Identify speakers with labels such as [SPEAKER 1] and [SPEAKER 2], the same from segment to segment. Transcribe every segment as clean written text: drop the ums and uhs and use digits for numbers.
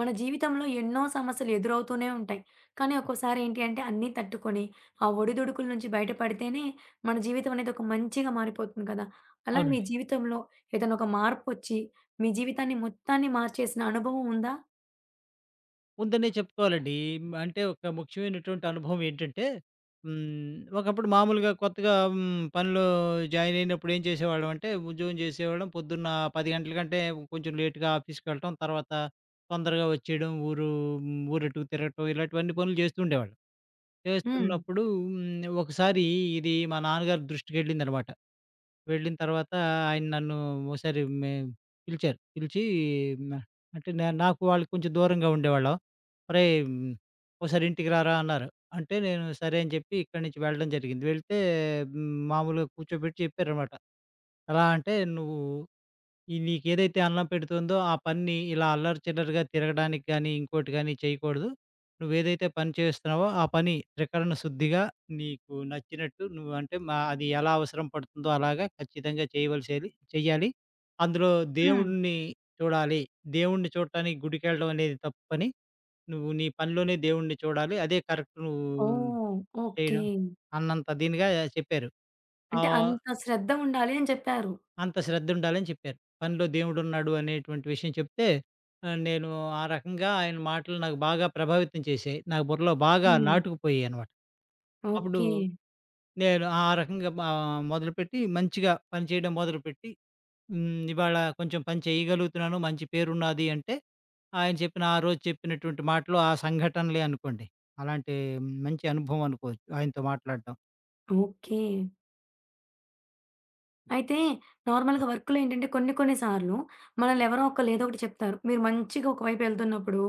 [SPEAKER 1] మన జీవితంలో ఎన్నో సమస్యలు ఎదురవుతూనే ఉంటాయి. కానీ
[SPEAKER 2] ఆ!
[SPEAKER 1] ఒక్కోసారి ఏంటి అంటే అన్నీ తట్టుకొని, ఆ ఒడిదుడుకుల నుంచి బయటపడితేనే మన జీవితం అనేది ఒక మంచిగా మారిపోతుంది కదా! అలా మీ
[SPEAKER 2] అవునండి.
[SPEAKER 1] జీవితంలో ఏదైనా ఒక మార్పొచ్చి, మీ జీవితాన్ని మొత్తాన్ని మార్చేసిన అనుభవం ఉందా?
[SPEAKER 2] ఉందనే చెప్పుకోవాలండి. అంటే ఒక ముఖ్యమైనటువంటి అనుభవం ఏంటంటే, ఒకప్పుడు మామూలుగా కొత్తగా పనిలో జాయిన్ అయినప్పుడు ఏం చేసేవాళ్ళం అంటే, ఉద్యోగం చేసేవాళ్ళం. పొద్దున్న 10 గంటల కంటే కొంచెం లేట్‌గా ఆఫీస్‌కెళ్ళటం. తర్వాత తొందరగా వచ్చేయడం. ఊరటుకు తిరగటం ఇలాంటివన్నీ పనులు చేస్తూ ఉండేవాళ్ళం.
[SPEAKER 1] హ్మ్.
[SPEAKER 2] చేస్తున్నప్పుడు ఒకసారి ఇది మా నాన్నగారి దృష్టికెళ్ళిందనమాట. వెళ్ళిన తర్వాత ఆయన నన్ను ఓసారి మే పిలిచారు. పిలిచి న అంటే నాకు వాళ్ళకి కొంచెం దూరంగా ఉండేవాళ్ళం. "ఒరేయ్! ఒకసారి ఇంటికి రారా" అన్నారు. అంటే నేను సరే అని చెప్పి ఇక్కడి నుంచి వెళ్ళడం జరిగింది. వెళ్తే మామూలుగా కూర్చోబెట్టి చెప్పారనమాట. ఎలా అంటే "నువ్వు ఈ నీకేదైతే అన్నం పెడుతుందో ఆ పనిని ఇలా అల్లరి చిల్లరగా తిరగడానికి గానీ, ఇంకోటి గానీ చేయకూడదు. నువ్వేదైతే పని చేస్తున్నావో ఆ పని త్రికరణ శుద్ధిగా నీకు నచ్చినట్టు నువ్వు అంటే మా అది ఎలా అవసరం పడుతుందో అలాగా ఖచ్చితంగా చేయవలసేది చెయ్యాలి. అందులో
[SPEAKER 1] హ్మ్.
[SPEAKER 2] దేవుడిని చూడాలి. దేవుడిని చూడటానికి గుడికెళ్ళడం అనేది తప్పు పని. నువ్వు నీ పనిలోనే దేవుడిని చూడాలి. అదే కరెక్ట్ నువ్వు
[SPEAKER 1] ఓహ్! ఓకే.
[SPEAKER 2] చేయడం" అన్నంత దీనిగా చెప్పారు.
[SPEAKER 1] అంటే
[SPEAKER 2] ఆహ్,
[SPEAKER 1] అంత శ్రద్ధ ఉండాలి అని చెప్పారు.
[SPEAKER 2] అంత శ్రద్ధుండాలని చెప్పారు. పనిలో దేవుడున్నాడు అనేటువంటి విషయం చెప్తే, నేను ఆ రకంగా ఆయన మాటలు నాకు బాగా ప్రభావితం చేశాయి. నా బుర్రలో బాగా
[SPEAKER 1] హ్మ్.
[SPEAKER 2] నాటుకుపోయాయనమాట. అప్పుడు
[SPEAKER 1] ఓకే.
[SPEAKER 2] నేను ఆ రకంగా మొదలుపెట్టి మంచిగా పని చేయడం మొదలుపెట్టి, ఇవాళ కొంచెం పని చేయగలుగుతున్నాను, మంచి పేరున్నది అంటే, ఆయన చెప్పిన ఆ రోజు చెప్పినటువంటి మాటలు ఆ సంఘటనలే అనుకోండి. అలాంటి మంచి అనుభవం అనుకోవచ్చు ఆయనతో మాట్లాడడం.
[SPEAKER 1] ఓకే. అయితే
[SPEAKER 2] ఆ!
[SPEAKER 1] నార్మల్‌గా వర్క్‌లో ఏంటంటే కొన్ని కొన్ని సార్లు మనల్ని ఎవరో ఒకళ్ళు ఏదో ఒకటి చెప్తారు. మీరు మంచిగా ఒకవైపు వెళ్తున్నప్పుడు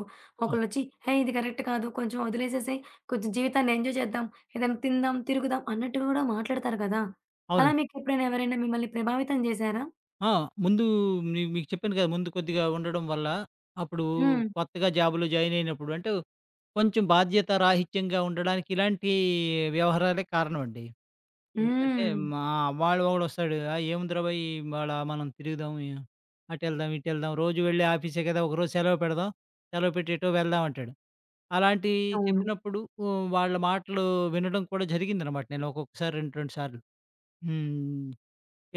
[SPEAKER 2] ఆ!
[SPEAKER 1] ఒకళ్ళొచ్చి "హేయ్! ఇది కరెక్ట్ కాదు. కొంచెం వదిలేసేసేయ్. కొంచెం జీవితాన్ని ఎంజాయ్ చేద్దాం. ఏదైనా తిందాం, తిరుగుదాం" అన్నట్టుగా కూడా మాట్లాడతారు కదా! అలా
[SPEAKER 2] అవునండి.
[SPEAKER 1] మీకు ఎప్పుడైనా ఎవరైనా మిమ్మల్ని ప్రభావితం చేశారా?
[SPEAKER 2] ఆ! ముందు మీకు చెప్పాను కదా! ముందు కొద్దిగా ఉండడం వల్ల, అప్పుడు
[SPEAKER 1] హ్మ్.
[SPEAKER 2] కొత్తగా జాబ్‌లో జాయిన్ అయినప్పుడు అంటే, కొంచెం బాధ్యత రాహిత్యంగా ఉండడానికి ఇలాంటి వ్యవహారాలే కారణం అండి. ఎందుకంటే,
[SPEAKER 1] హ్మ్.
[SPEAKER 2] మా వాడు ఒకడొస్తాడు. "ఆహ్, ఏముందిరాబోయ్! ఇవాళ మనం తిరుగుదాం, అటెళ్దాం, ఇటెళ్దాం. రోజు వెళ్ళే ఆఫీసే కదా! ఒకరోజు సెలవు పెడదాం. సెలవు పెట్టి ఎటో వెళ్దాం" అంటాడు. అలాంటివి
[SPEAKER 1] అవును.
[SPEAKER 2] చెప్పినప్పుడు, వాళ్ళ మాటలు వినడం కూడా జరిగిందనమాట. నేను ఒక్కొక్కసారి 2, 2 సార్లు. హ్మ్.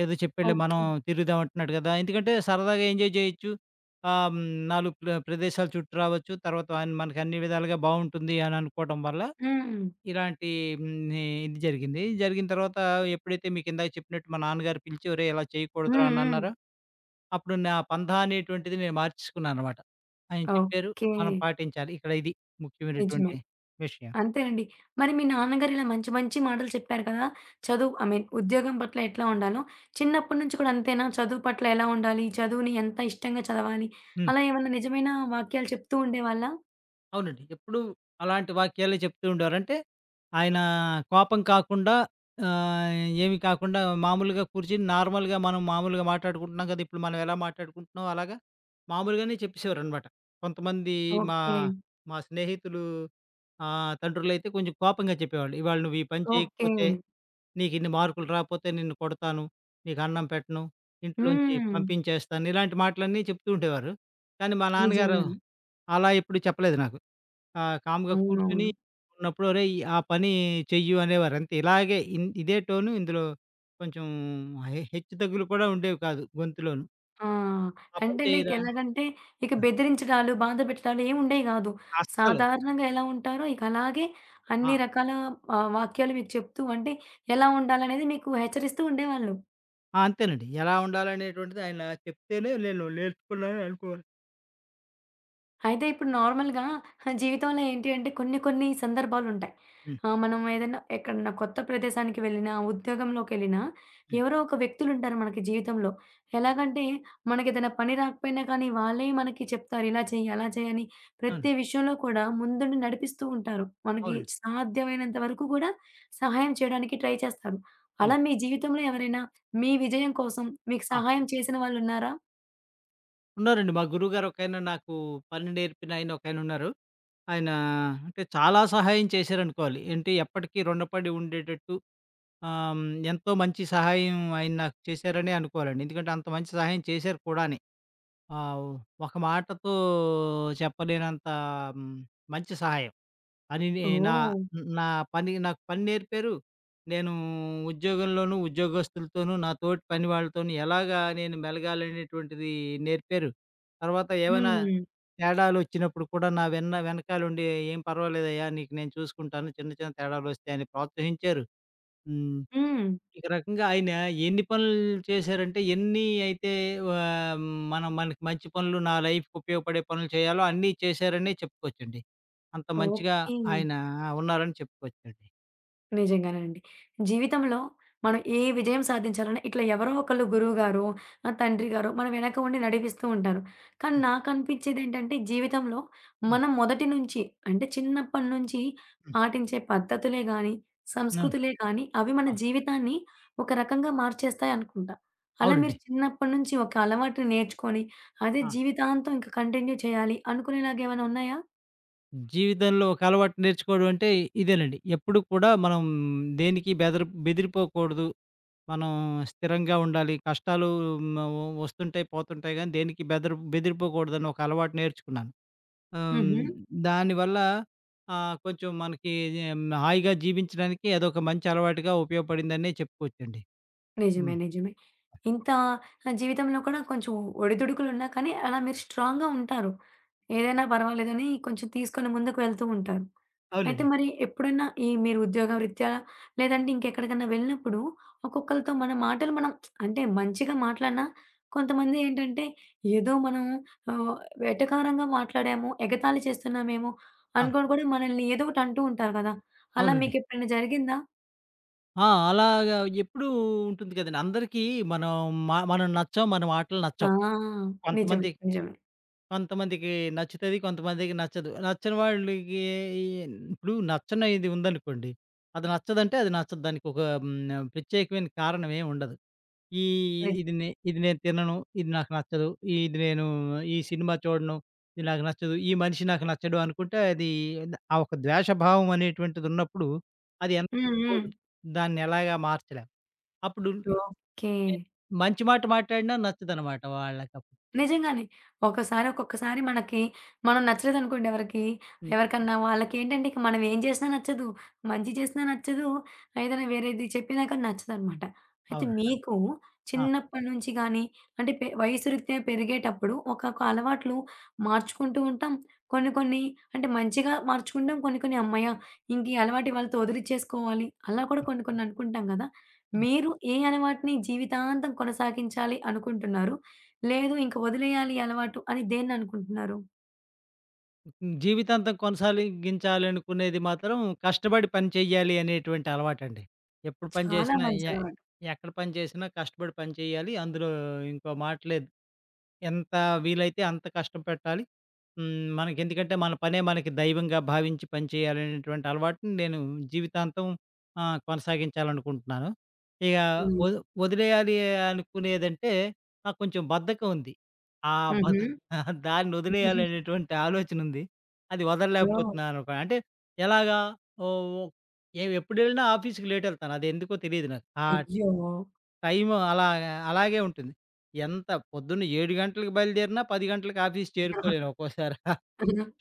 [SPEAKER 2] ఏదో చెప్పాడులే మనం
[SPEAKER 1] ఓకే.
[SPEAKER 2] తిరుగుదాం అంటున్నాడు కదా! ఎందుకంటే సరదాగా ఎంజాయ్ చేయొచ్చు. 4 ప్రదేశాలు చుట్టి రావచ్చు. తర్వాత ఆయన మనకి అన్ని విధాలుగా బావుంటుంది అని అనుకోవడం వల్ల
[SPEAKER 1] హ్మ్. హ్మ్.
[SPEAKER 2] ఇలాంటి హ్మ్, ఇది జరిగింది. జరిగిన తర్వాత ఎప్పుడైతే మీకిందాక చెప్పినట్టు మా నాన్నగారు పిలిచి "ఒరేయ్! ఇలా చేయకూడదురా" అని
[SPEAKER 1] హ్మ్.
[SPEAKER 2] అన్నారో, అప్పుడు నా పంథా అనేటువంటిది నేను మార్చేసుకున్నాననమాట. ఆయన చెప్పారు.
[SPEAKER 1] ఓకే.
[SPEAKER 2] మనం పాటించాలి. ఇక్కడ ఇది
[SPEAKER 1] నిజమే.
[SPEAKER 2] ముఖ్యమైనటువంటి విషయం.
[SPEAKER 1] అంతేనండి. మరి మీ నాన్నగారు ఇలా మంచి మంచి మాటలు చెప్పారు కదా! చదువు ఐ మీన్ ఉద్యోగం పట్ల ఎట్లా ఉండాలో, చిన్నప్పటి నుంచి కూడా అంతేనా? చదువు పట్ల ఎలా ఉండాలి? చదువుని ఎంత ఇష్టంగా చదవాలి?
[SPEAKER 2] హ్మ్.
[SPEAKER 1] అలా ఏమన్నా నిజమైన వాక్యాలు చెప్తూ ఉండేవాళ్ళా?
[SPEAKER 2] అవునండి. ఎప్పుడూ అలాంటి వాక్యాలే చెప్తూ ఉండేవారు. అంటే ఆయన కోపం కాకుండా ఆహ్, ఏమి కాకుండా మామూలుగా కూర్చొని నార్మల్‌గా మనం మామూలుగా మాట్లాడుకుంటున్నాం కదా! ఇప్పుడు మనం ఎలా మాట్లాడుకుంటున్నాం అలాగా మామూలుగానే చెప్పేసేవారనమాట. కొంతమంది మా,
[SPEAKER 1] ఓకే.
[SPEAKER 2] మా స్నేహితులు తండ్రులైతే కొంచెం కోపంగా చెప్పేవాళ్ళు. "ఇవాళ నువ్వు ఈ పని
[SPEAKER 1] ఓకే.
[SPEAKER 2] చేయకపోతే నీకు ఇన్ని మార్కులు రాపోతే నిన్ను కొడతాను. నీకు అన్నం పెట్టను. ఇంట్లోంచి
[SPEAKER 1] హ్మ్.
[SPEAKER 2] పంపించేస్తాను." ఇలాంటి మాటలన్నీ చెప్తూ ఉండేవారు. కానీ మా నాన్నగారు
[SPEAKER 1] నిజంగానే.
[SPEAKER 2] అలా ఎప్పుడు చెప్పలేదు నాకు. ఆ! కామ్‌గా కూర్చొని
[SPEAKER 1] అవునవును.
[SPEAKER 2] ఉన్నప్పుడు "ఒరేయ్! ఆ పని చెయ్యు" అనేవారు. అంతే ఇలాగే ఇదే టోను ఇందులో కొంచెం హెచ్చు తగ్గులు కూడా ఉండేవి కాదు గొంతులోను.
[SPEAKER 1] ఆ!
[SPEAKER 2] "ఆ పని
[SPEAKER 1] అంటే లైక్
[SPEAKER 2] చేయరా?"
[SPEAKER 1] ఎలాగంటే ఇక బెదిరించడాలు, బాధ పెట్టడాలు ఏమి ఉండేవి గాదు.
[SPEAKER 2] అస్సలు.
[SPEAKER 1] సాధారణంగా ఎలా ఉంటారో ఇక అలాగే
[SPEAKER 2] ఆ!
[SPEAKER 1] అన్ని రకాల వాక్యాలు మీకు చెప్తూ అంటే ఎలా ఉండాలనేది మీకు హెచ్చరిస్తూ ఉండేవాళ్ళు.
[SPEAKER 2] ఆ! అంతేనండి. ఎలా ఉండాలనేటువంటిది ఆయన చెప్తేనే నేను నేర్చుకున్నాను అనుకోవాలి.
[SPEAKER 1] అయితే ఇప్పుడు నార్మల్‌గా జీవితంలో ఏంటి అంటే కొన్ని కొన్ని సందర్భాలుంటాయి.
[SPEAKER 2] హ్మ్.
[SPEAKER 1] మనం ఏదైనా ఎక్కడన్నా కొత్త ప్రదేశానికి వెళ్ళినా, ఉద్యోగంలోకెళ్ళినా
[SPEAKER 2] హ్మ్.
[SPEAKER 1] ఎవరో ఒక వ్యక్తులుంటారు మనకి జీవితంలో. ఎలాగంటే మనకేదైనా పని రాకపోయినా కానీ వాళ్ళే మనకి చెప్తారు. ఇలా చెయ్యి, అలా చెయ్యి అని ప్రతి
[SPEAKER 2] అవును.
[SPEAKER 1] విషయంలో కూడా ముందుండి నడిపిస్తూ ఉంటారు. మనకి
[SPEAKER 2] అవునండి.
[SPEAKER 1] సాధ్యమైనంత వరకు కూడా సహాయం చేయడానికి ట్రై చేస్తారు.
[SPEAKER 2] అవును.
[SPEAKER 1] అలా మీ జీవితంలో ఎవరైనా మీ విజయం కోసం మీకు
[SPEAKER 2] ఆ!
[SPEAKER 1] సహాయం చేసిన వాళ్ళున్నారా?
[SPEAKER 2] ఉన్నారండి. మా గురువుగారు ఒకాయన నాకు పని నేర్పిన ఆయన ఒకాయనున్నారు. ఆయన ఉన్నారు. ఆయన అంటే చాలా సహాయం చేశారనుకోవాలి. ఏంటి ఎప్పటికీ రుణపడి ఉండేటట్టు ఆహ్, హ్మ్. ఎంతో మంచి సహాయం ఆయన నాకు చేశారనే అనుకోవాలండి. ఎందుకంటే అంత మంచి సహాయం చేశారు కూడాని. ఆహ్, ఒక మాటతో చెప్పలేనంత హ్మ్, మంచి సహాయం. అని నా
[SPEAKER 1] ఓహ్!
[SPEAKER 2] నా పని నాకు నేర్పారు. నేను ఉద్యోగంలోనూ, ఉద్యోగస్తులతోనూ, నా తోటి పని వాళ్ళతోను ఎలాగా నేను మెలగాలనేటువంటిది నేర్పారు. తర్వాత ఏమైనా
[SPEAKER 1] హ్మ్.
[SPEAKER 2] తేడాలొచ్చినప్పుడు కూడా నా వెనకాలండి "ఏం పర్వాలేదయ్యా! నీకు నేను చూసుకుంటాను. చిన్న చిన్న తేడాలొస్తే" అని ప్రోత్సహించారు. హ్మ్.
[SPEAKER 1] హ్మ్.
[SPEAKER 2] ఒక రకంగా ఆయన ఎన్ని పనులు చేశారంటే, ఎన్ని అయితే ఆహ్, మనం మనకి మంచి పనులు, నా లైఫ్‌కి ఉపయోగపడే పనులు చేయాలో అన్నీ చేశారనే చెప్పుకోవచ్చండి. అంత మంచిగా
[SPEAKER 1] ఓకే.
[SPEAKER 2] ఆయన ఉన్నారని చెప్పుకోవచ్చండి.
[SPEAKER 1] నిజంగానే అండి. జీవితంలో మనం ఏ విజయం సాధించాలన్నా ఇట్లా ఎవరో ఒకళ్ళు గురువుగారో, తండ్రి గారో మన వెనక ఉండి నడిపిస్తూ ఉంటారు. కానీ
[SPEAKER 2] హ్మ్.
[SPEAKER 1] నాకనిపించేదేంటంటే జీవితంలో
[SPEAKER 2] ఆ!
[SPEAKER 1] మనం మొదటి నుంచి అంటే చిన్నప్పటి నుంచి
[SPEAKER 2] హ్మ్.
[SPEAKER 1] పాటించే పద్ధతులే గానీ,
[SPEAKER 2] అవును.
[SPEAKER 1] సంస్కృతులే కానీ అవి మన
[SPEAKER 2] ఆ!
[SPEAKER 1] జీవితాన్ని ఒక రకంగా మార్చేస్తాయి అనుకుంటా. అలా మీరు
[SPEAKER 2] అవునండి.
[SPEAKER 1] చిన్నప్పటి నుంచి ఒక అలవాటుని నేర్చుకొని అదే
[SPEAKER 2] ఆ!
[SPEAKER 1] జీవితాంతం ఇంక కంటిన్యూ చేయాలి అనుకునేలాగా ఏమైనా ఉన్నాయా?
[SPEAKER 2] జీవితంలో ఒక అలవాటు నేర్చుకోవడం అంటే ఇదేనండి. ఎప్పుడు కూడా మనం దేనికి బెదిరిపోకూడదు. మనం స్థిరంగా ఉండాలి. కష్టాలు మ వస్తుంటాయి, పోతుంటాయి గానీ దేనికి బెదిరిపోకూడదని ఒక అలవాటు నేర్చుకున్నాను. ఆహ్, హ్మ్.
[SPEAKER 1] హుహు.
[SPEAKER 2] దానివల్ల కొంచెం మనకి హాయిగా జీవించడానికి అదొక మంచి అలవాటుగా ఉపయోగపడిందనే చెప్పుకోవచ్చండి.
[SPEAKER 1] నిజమే.
[SPEAKER 2] హ్మ్.
[SPEAKER 1] నిజమే. ఇంత జీవితంలో కూడా కొంచెం ఒడిదుడుకులున్నా కానీ అలా మీరు స్ట్రాంగ్‌గా ఉంటారు. ఏదైనా పర్వాలేదని కొంచెం తీసుకొని ముందుకు వెళ్తూ ఉంటారు. అయితే
[SPEAKER 2] అవునండి.
[SPEAKER 1] మరి ఎప్పుడైనా ఈ మీరు ఉద్యోగ రీత్యా లేదంటే ఇంకెక్కడికన్నా వెళ్ళినప్పుడు ఒక్కొక్కళ్ళతో మన మాటలు మనం అంటే మంచిగా మాట్లాడినా కొంతమంది ఏంటంటే ఏదో మనం ఆహ్, వెటకారంగా మాట్లాడాము, ఎగతాళి చేస్తున్నామేమో
[SPEAKER 2] ఆ!
[SPEAKER 1] అనుకోని కూడా మనల్ని ఏదో ఒకటి అంటూ ఉంటారు కదా! అలా
[SPEAKER 2] అవునండి.
[SPEAKER 1] మీకెప్పుడైనా జరిగిందా?
[SPEAKER 2] ఆ! అలాగా ఎప్పుడూ ఉంటుంది కదండీ. అందరికీ మనం మనం నచ్చం, మన మాటలు
[SPEAKER 1] ఆ!
[SPEAKER 2] నచ్చవు.
[SPEAKER 1] నిజమే.
[SPEAKER 2] కొంతమంది
[SPEAKER 1] నిజమే.
[SPEAKER 2] కొంతమందికి నచ్చుతది, కొంతమందికి నచ్చదు. నచ్చని వాళ్ళకి ఇప్పుడు నచ్చనిది ఉందనుకోండి. అది నచ్చదంటే అది నచ్చదు. దానికొక ప్రత్యేకమైన కారణం ఏమి ఉండదు. ఈ
[SPEAKER 1] నిజమే.
[SPEAKER 2] ఇది నే ఇది నేను తినను. ఇది నాకు నచ్చదు. ఇది నేను ఈ సినిమా చూడను. ఇది నాకు నచ్చదు. ఈ మనిషి నాకు నచ్చడు అనుకుంటే అది ఆ ఒక ద్వేషభావం అనేటువంటిది ఉన్నప్పుడు అది
[SPEAKER 1] హ్మ్. హ్మ్.
[SPEAKER 2] పోదు. దాన్ని ఎలాగా మార్చలేం. అప్పుడు
[SPEAKER 1] ఓకే.
[SPEAKER 2] నేను మంచి మాట మాట్లాడినా నచ్చదనమాట వాళ్ళకప్పుడు.
[SPEAKER 1] నిజంగానే. ఒక్కసారి ఒక్కొక్కసారి మనకి మనం నచ్చలేదనుకోండి ఎవరికీ,
[SPEAKER 2] హ్మ్.
[SPEAKER 1] ఎవరికన్నా వాళ్ళకేంటంటే ఇక మనం ఏం చేసినా నచ్చదు. మంచి చేసినా నచ్చదు. ఏదైనా వేరేది చెప్పినా కానీ నచ్చదనమాట. అయితే
[SPEAKER 2] అవునండి.
[SPEAKER 1] మీకు
[SPEAKER 2] ఆ!
[SPEAKER 1] చిన్నప్పటి నుంచి గానీ, అంటే వయసు రీత్యా పెరిగేటప్పుడు ఒక్కొక్క అలవాట్లు మార్చుకుంటూ ఉంటాం. కొన్ని కొన్ని అంటే మంచిగా మార్చుకుంటాం. కొన్ని కొన్ని "హమ్మయ్య! ఇంక ఈ అలవాటు ఇవాళతో వదిలిచ్చేసుకోవాలి" అలా కూడా కొన్ని కొన్ని అనుకుంటాం గదా!
[SPEAKER 2] ఆ!
[SPEAKER 1] మీరు ఏ అలవాటుని జీవితాంతం కొనసాగించాలి అనుకుంటున్నారు? లేదు ఇంక వదిలేయాలి ఈ అలవాటు అని దేన్ననుకుంటున్నారు?
[SPEAKER 2] జీవితాంతం కొనసాగించాలనుకునేది మాత్రం కష్టపడి పని చేయాలి అనేటువంటి అలవాటండి. ఎప్పుడు పని
[SPEAKER 1] చాలా
[SPEAKER 2] చేసినా
[SPEAKER 1] మంచి
[SPEAKER 2] ఎ
[SPEAKER 1] అలవాటు.
[SPEAKER 2] ఎక్కడ పని చేసినా కష్టపడి పని చేయాలి. అందులో ఇంకో మాట లేదు. ఎంత వీలైతే అంత కష్టం పెట్టాలి. హ్మ్. మనకెందుకంటే మన పనే మనకి దైవంగా భావించి పనిచేయాలనేటువంటి అలవాటుని నేను జీవితాంతం కొనసాగించాలనుకుంటున్నాను. ఇక
[SPEAKER 1] హ్మ్.
[SPEAKER 2] వది వదిలేయాలి అనుకునేదంటే నాకు కొంచెం బద్ధకం ఉంది. ఆ బధ
[SPEAKER 1] హుహు.
[SPEAKER 2] దాన్నొదిలేయాలనేటువంటి ఆలోచనుంది. అది
[SPEAKER 1] ఓహ్!
[SPEAKER 2] వదలలేకపోతున్నాననుకో అంటే ఎలాగా ఓహ్! ఎప్పుడెళ్ళినా ఆఫీస్‌కి లేటెళ్తాను. అదెందుకో తెలీదు నాకు. ఆ
[SPEAKER 1] అయ్యో!
[SPEAKER 2] టైము అలా అలాగే ఉంటుంది. ఎంత పొద్దున్న 7 గంటలకు బయలుదేరినా 10 గంటలకు ఆఫీస్ చేరుకోలేను ఒక్కోసారి.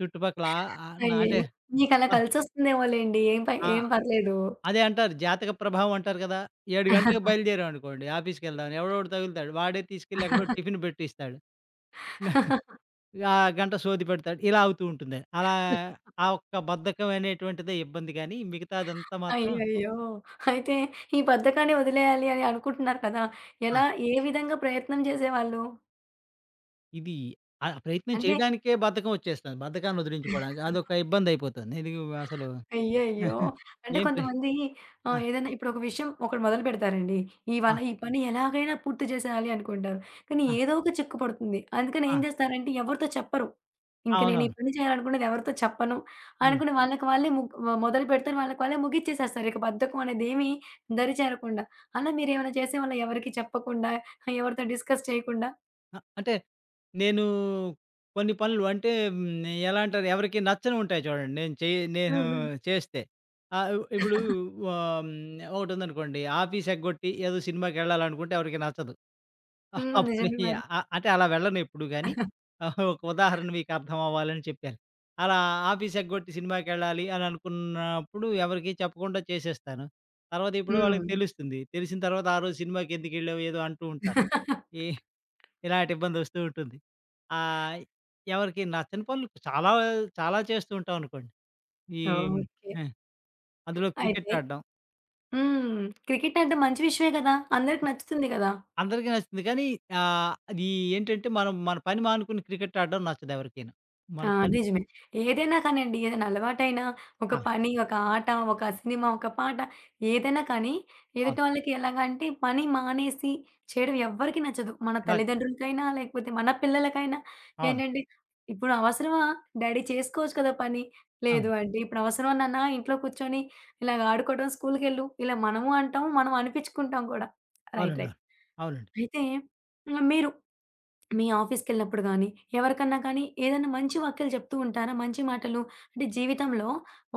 [SPEAKER 2] చుట్టుపక్కల ఆహ్, నా అంటే
[SPEAKER 1] అయ్యయ్యో! మీకలా
[SPEAKER 2] ఆహ్,
[SPEAKER 1] కలిసొస్తుందేమోలెండి. ఏం
[SPEAKER 2] ఆహ్,
[SPEAKER 1] పర్లేదు.
[SPEAKER 2] అదే అంటారు జాతక ప్రభావం అంటారు కదా! 7 గంటలకు బయలుదేరామనుకోండి ఆఫీస్‌కెళ్దామని ఎవడోకడు తగులుతాడు. వాడే తీసుకెళ్ళి ఎక్కడో టిఫిన్ పెట్టిస్తాడు. నా- ఆ గంట సోది పెడతాడు. ఇలా అవుతూ ఉంటుంది. అలా ఆ ఒక్క బద్ధకం అనేటువంటిదే ఇబ్బంది గానీ మిగతాదంతా మాత్రం
[SPEAKER 1] అయ్యయ్యో! అయితే ఈ బద్ధకాన్ని వదిలేయాలి అని అనుకుంటున్నారు కదా!
[SPEAKER 2] ఆ!
[SPEAKER 1] ఎలా ఏ విధంగా ప్రయత్నం చేసేవాళ్ళు?
[SPEAKER 2] ఇది ఆ ప్రయత్నం
[SPEAKER 1] అంటే
[SPEAKER 2] చేయడానికే బద్ధకం వచ్చేస్తుంది. బద్ధకాన్ని వదిలించుకోవడానికి అదొక ఇబ్బందయిపోతుంది. ఇది అసలు
[SPEAKER 1] అయ్యయ్యో!
[SPEAKER 2] ఆహా!
[SPEAKER 1] అంటే
[SPEAKER 2] ఏం ప్రే
[SPEAKER 1] కొంతమంది
[SPEAKER 2] ఆ!
[SPEAKER 1] ఏదైనా ఇప్పుడు ఒక విషయం ఒకటి మొదలు పెడతారండి.
[SPEAKER 2] ఆ!
[SPEAKER 1] ఇవాళ ఈ పని ఎలాగైనా పూర్తి చేసేయాలి అనుకుంటారు. కానీ
[SPEAKER 2] ఆ!
[SPEAKER 1] ఏదో ఒక చిక్కు పడుతుంది. అందుకని
[SPEAKER 2] ఆ!
[SPEAKER 1] ఏం చేస్తారంటే ఎవరితో చెప్పరు. ఇంక నేను
[SPEAKER 2] అవునవును.
[SPEAKER 1] ఈ పని చేయాలనుకున్నది ఎవరితో చెప్పను
[SPEAKER 2] హ్మ్.
[SPEAKER 1] అనుకుని వాళ్ళకి వాళ్ళే ముగ్ వ మొదలు పెడతారు. వాళ్ళకి వాళ్ళే ముగిచ్చేసేస్తారు. ఇక బద్ధకం అనేదేమీ దరిచేరకుండా. అలా మీరేమైనా చేసేవాళ్ళా ఎవరికీ చెప్పకుండా, ఎవరితో డిస్కస్ చేయకుండా?
[SPEAKER 2] అంటే నేను కొన్ని పనులు అంటే హ్మ్, ఎలా అంటారు ఎవరికీ నచ్చనివుంటాయి చూడండి. నేను
[SPEAKER 1] హ్మ్. హ్మ్.
[SPEAKER 2] చేస్తే. ఆహ్, ఇ ఇప్పుడు ఆహ్, హ్మ్, ఒకటుందనుకోండి ఆఫీస్ ఎగ్గొట్టి ఏదో సినిమాకెళ్ళాలనుకుంటే ఎవరికీ నచ్చదు.
[SPEAKER 1] హ్మ్.
[SPEAKER 2] అప్పుడు
[SPEAKER 1] నిజమే మరి.
[SPEAKER 2] అంటే అలా వెళ్ళనెప్పుడు గాని, ఆహా! ఒక ఉదాహరణ మీకు అర్థం అవ్వాలని చెప్పాను. అలా ఆఫీస్ ఎగ్గొట్టి సినిమాకెళ్ళాలి అని అనుకున్నప్పుడు ఎవరికీ చెప్పకుండా చేసేస్తాను. తర్వాత ఇప్పుడు వాళ్ళకి
[SPEAKER 1] హ్మ్.
[SPEAKER 2] తెలుస్తుంది. తెలిసిన తర్వాత ఆ రోజు సినిమాకి ఎందుకెళ్ళావు ఏదో అంటూ ఉంటారు. ఈ ఇలాంటి ఇబ్బంది వస్తూ ఉంటుంది. ఆహ్, ఎవరికీ నచ్చని పనులు చాలా చాలా చేస్తూ ఉంటాం అనుకోండి. ఈ
[SPEAKER 1] ఓకే.
[SPEAKER 2] ఆ! అందులో క్రికెట్
[SPEAKER 1] అయితే
[SPEAKER 2] ఆడడం.
[SPEAKER 1] హ్మ్. క్రికెట్ అంటే మంచి విషయమే కదా! అందరికి నచ్చుతుంది కదా!
[SPEAKER 2] అందరికీ నచ్చుతుంది. కానీ అది ఏంటంటే మనం మన పని మానుకుని క్రికెట్ ఆడడం నచ్చదెవరికీను. మన
[SPEAKER 1] ఆ!
[SPEAKER 2] పని
[SPEAKER 1] నిజమే. ఏదైనా కానియండి, ఏదైనా అలవాటైనా, ఒక
[SPEAKER 2] ఆ!
[SPEAKER 1] పని, ఒక ఆట, ఒక సినిమా, ఒక పాట ఏదైనా కానీ
[SPEAKER 2] అవును.
[SPEAKER 1] ఎదుటోళ్ళకి ఎలాగంటే పని మానేసి చేయడం ఎవ్వరికీ నచ్చదు. మన
[SPEAKER 2] నాకు
[SPEAKER 1] తల్లిదండ్రులకైనా, లేకపోతే మన పిల్లలకైనా
[SPEAKER 2] అవును.
[SPEAKER 1] ఏంటంటే, "ఇప్పుడు అవసరమా? డ్యాడీ చేసుకోవచ్చు కదా పని." లేదు
[SPEAKER 2] అవును.
[SPEAKER 1] అంటే, "ఇప్పుడు అవసరమా నాన్న ఇంట్లో కూర్చొని ఇలాగ ఆడుకోవడం, స్కూలుకెళ్ళు." ఇలా మనము అంటాం, మనం అనిపిచ్చుకుంటాం కూడా. రైట్.
[SPEAKER 2] అవునండి.
[SPEAKER 1] రైట్.
[SPEAKER 2] అవును. అవునండి.
[SPEAKER 1] అయితే, హ్మ్. మీరు మీ ఆఫీస్‌కెళ్ళినప్పుడు గానీ, ఎవరికన్నా కానీ ఏదైనా మంచి వాక్యాలు చెప్తూ ఉంటారా? మంచి మాటలు అంటే జీవితంలో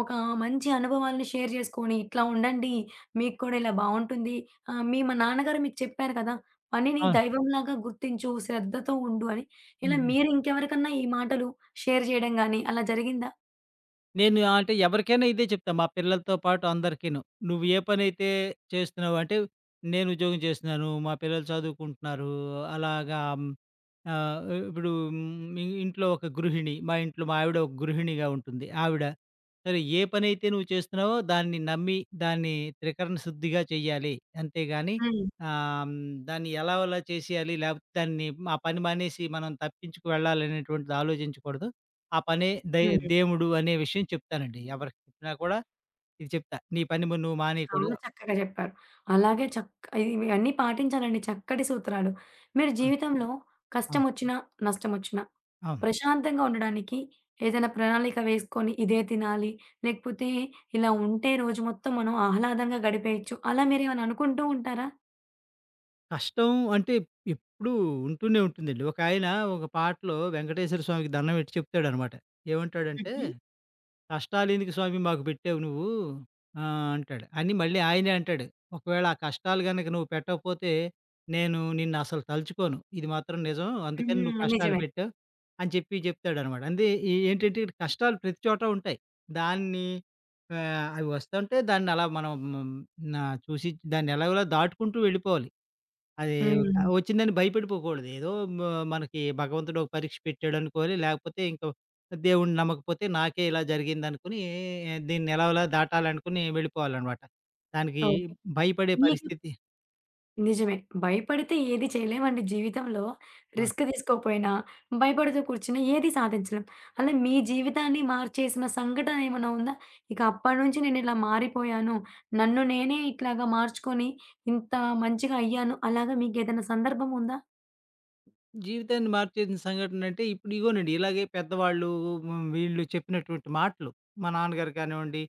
[SPEAKER 1] ఒక మంచి అనుభవాలను షేర్ చేసుకొని, "ఇట్లా ఉండండి. మీకు కూడా ఇలా బావుంటుంది. ఆహ్, మీ మా నాన్నగారు మీకు చెప్పారు కదా! పనిని
[SPEAKER 2] అవును.
[SPEAKER 1] దైవంలాగా గుర్తించు. శ్రద్ధతో ఉండు" అని
[SPEAKER 2] హ్మ్.
[SPEAKER 1] ఇలా
[SPEAKER 2] హ్మ్.
[SPEAKER 1] మీరు ఇంకెవరికన్నా ఈ మాటలు షేర్ చేయడం గానీ అలా జరిగిందా?
[SPEAKER 2] నేను అంటే ఎవరికైనా ఇదే చెప్తా. మా పిల్లలతో పాటు అందరికీను. "నువ్వు ఏ పనైతే చేస్తున్నావో" అంటే నేను ఉద్యోగం చేస్తున్నాను. మా పిల్లలు చదువుకుంటున్నారు. అలాగా ఆ! ఇప్పుడు మీ ఇంట్లో ఒక గృహిణి, మా ఇంట్లో మా ఆవిడ ఒక గృహిణిగా ఉంటుంది. ఆవిడ సరే ఏ పనైతే నువ్వు చేస్తున్నావో దాన్ని నమ్మి, దాన్ని త్రికరణ శుద్ధిగా చెయ్యాలి. అంతేగాని
[SPEAKER 1] హ్మ్.
[SPEAKER 2] ఆహ్, హ్మ్, దాన్ని ఎలాగోలా చేసేయాలి. లేకపోతే దాన్ని ఆ పని మానేసి మనం తప్పించుకు వెళ్ళాలనేటువంటిది ఆలోచించకూడదు. ఆ పనే దై
[SPEAKER 1] హ్మ్.
[SPEAKER 2] దేవుడు అనే విషయం చెప్తానండి. ఎవరికి చెప్పినా కూడా ఇది చెప్తా. నీ పని నువ్వు
[SPEAKER 1] చాలా
[SPEAKER 2] మానేయకూడదు.
[SPEAKER 1] చక్కగా చెప్పారు. అలాగే ఇది ఇవన్నీ పాటించాలండి చక్కటి సూత్రాలు. మీరు
[SPEAKER 2] ఆ!
[SPEAKER 1] జీవితంలో
[SPEAKER 2] అవును.
[SPEAKER 1] కష్టమొచ్చినా, నష్టమొచ్చినా
[SPEAKER 2] అవును.
[SPEAKER 1] ప్రశాంతంగా ఉండడానికి ఏదైనా ప్రణాళిక వేసుకొని ఇదే తినాలి, లేకపోతే ఇలా ఉంటే రోజు మొత్తం మనం ఆహ్లాదంగా గడిపేయొచ్చు. అలా మీరేమైనా అనుకుంటూ ఉంటారా?
[SPEAKER 2] కష్టం అంటే ఎప్పుడూ ఉంటూనే ఉంటుందండి. ఒకాయన ఒక పాటలో వెంకటేశ్వర స్వామికి దండం పెట్టి చెప్తాడనమాట. ఏమంటాడంటే,
[SPEAKER 1] హుహు.
[SPEAKER 2] "కష్టాలెందుకు స్వామి మాకు పెట్టావు నువ్వు" అంటాడు. అని మళ్ళీ ఆయనే అంటాడు, "ఒకవేళ ఆ కష్టాలు గనక నువ్వు పెట్టకపోతే నేను నిన్నసలు తలుచుకోను. ఇది మాత్రం నిజం. అందుకని నువ్వు
[SPEAKER 1] హ్మ్.
[SPEAKER 2] కష్టాలు
[SPEAKER 1] నిజమే.
[SPEAKER 2] పెట్టావు" అని చెప్పి చెప్తాడనమాట. అంతే ఏంటంటే ఇక్కడ కష్టాలు ప్రతి చోట ఉంటాయి. దాన్ని అవి వస్తుంటే దాన్ని అలా మనం న చూసి దాన్ని ఎలాగోలా దాటుకుంటూ వెళ్ళిపోవాలి. అది
[SPEAKER 1] హ్మ్.
[SPEAKER 2] వచ్చిందని భయపడిపోకూడదు. ఏదో మ మనకి భగవంతుడు ఒక పరీక్ష పెట్టాడు అనుకోవాలి. లేకపోతే ఇంక దేవుడిని నమ్మకపోతే నాకే ఇలా జరిగిందనుకుని దీన్ని ఎలాగోలా దాటాలనుకుని వెళ్ళిపోవాలనమాట. దానికి
[SPEAKER 1] ఓకే.
[SPEAKER 2] భయపడే
[SPEAKER 1] మీకు
[SPEAKER 2] పరిస్థితి
[SPEAKER 1] నిజమే. భయపడితే ఏది చేయలేమండి జీవితంలో.
[SPEAKER 2] అవును.
[SPEAKER 1] రిస్క్ తీసుకోపోయినా, భయపడుతూ కూర్చున్నా ఏది సాధించలేం. అలా మీ జీవితాన్ని మార్చేసిన సంఘటన ఏమన్నా ఉందా? ఇక అప్పటినుంచి నేనిలా మారిపోయాను. నన్ను నేనే ఇట్లాగా మార్చుకొని ఇంత మంచిగా అయ్యాను. అలాగా మీకేదైనా సందర్భం ఉందా?
[SPEAKER 2] జీవితాన్ని మార్చేసిన సంఘటన అంటే ఇప్పుడు ఇగోనండి ఇలాగే పెద్దవాళ్ళు వీళ్ళు చెప్పినటువంటి మాటలు. మా నాన్నగారు కానివ్వండి,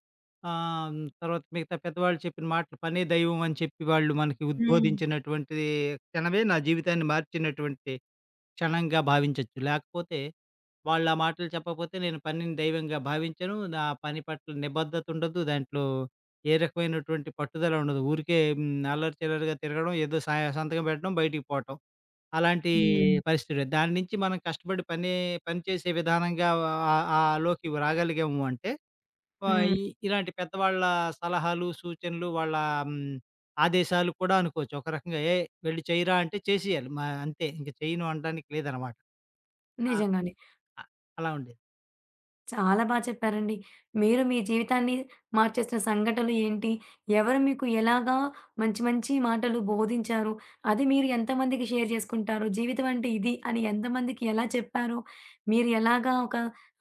[SPEAKER 2] తర్వాత మిగతా పెద్దవాళ్ళు చెప్పిన మాటలు పనే దైవం అని చెప్పి వాళ్ళు మనకి
[SPEAKER 1] హ్మ్.
[SPEAKER 2] ఉద్బోధించినటువంటి క్షణమే నా జీవితాన్ని మార్చినటువంటి క్షణంగా భావించొచ్చు. లేకపోతే వాళ్ళా మాటలు చెప్పకపోతే నేను పనిని దైవంగా భావించను. నా పని పట్ల నిబద్ధత ఉండదు. దాంట్లో ఏ రకమైనటువంటి పట్టుదల ఉండదు. ఊరికే హ్మ్. అల్లరి చిల్లరిగా తిరగడం, ఏదో సంతకం పెట్టడం, బయటికి పోవటం. అలాంటి
[SPEAKER 1] హ్మ్.
[SPEAKER 2] పరిస్థితి. దాని నుంచి మనం కష్టపడి పని పని చేసే విధానంగా ఆహ్, ఆహ్, లోకి రాగలిగాము అంటే ఆహ్,
[SPEAKER 1] హ్మ్.
[SPEAKER 2] ఇ ఇలాంటి పెద్దవాళ్ళ సలహాలు, సూచనలు వాళ్ళ హ్మ్. ఆదేశాలు కూడా అనుకోవచ్చు. ఒక రకంగా వెళ్ళి చెయ్యరా అంటే చేసేయాలి. అంతే ఇంక చేయను అనడానికి లేదనమాట. ఆ!
[SPEAKER 1] నిజంగానే.
[SPEAKER 2] అ అలా ఉండేది.
[SPEAKER 1] చాలా బా చెప్పారండి. మీరు మీ జీవితాన్ని మార్చేసిన సంఘటనలు ఏంటి? ఎవరు మీకు ఎలాగా మంచి మంచి మాటలు బోధించారు? అది మీరు ఎంతమందికి షేర్ చేసుకుంటారు? జీవితం అంటే ఇది అని ఎంతమందికి ఎలా చెప్పారు? మీరు ఎలాగా ఒక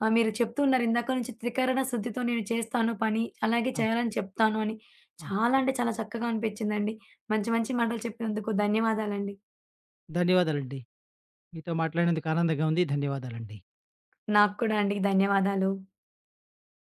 [SPEAKER 1] మీరు చెప్తున్నారు ఇందాక నుంచి త్రికరణ శుద్ధితో నేను చేస్తాను పని. అలాగే
[SPEAKER 2] ఆ!
[SPEAKER 1] చేయాలని చెప్తాను అని.
[SPEAKER 2] ఆ!
[SPEAKER 1] చాలా అంటే చాలా చక్కగా అనిపించిందండి. మంచి మంచి మాటలు చెప్పినందుకు ధన్యవాదాలండి.
[SPEAKER 2] ధన్యవాదాలండి. మీతో మాట్లాడినందుకు ఆనందంగా ఉంది. ధన్యవాదాలండి.
[SPEAKER 1] నాకు కూడా అండి ధన్యవాదాలు.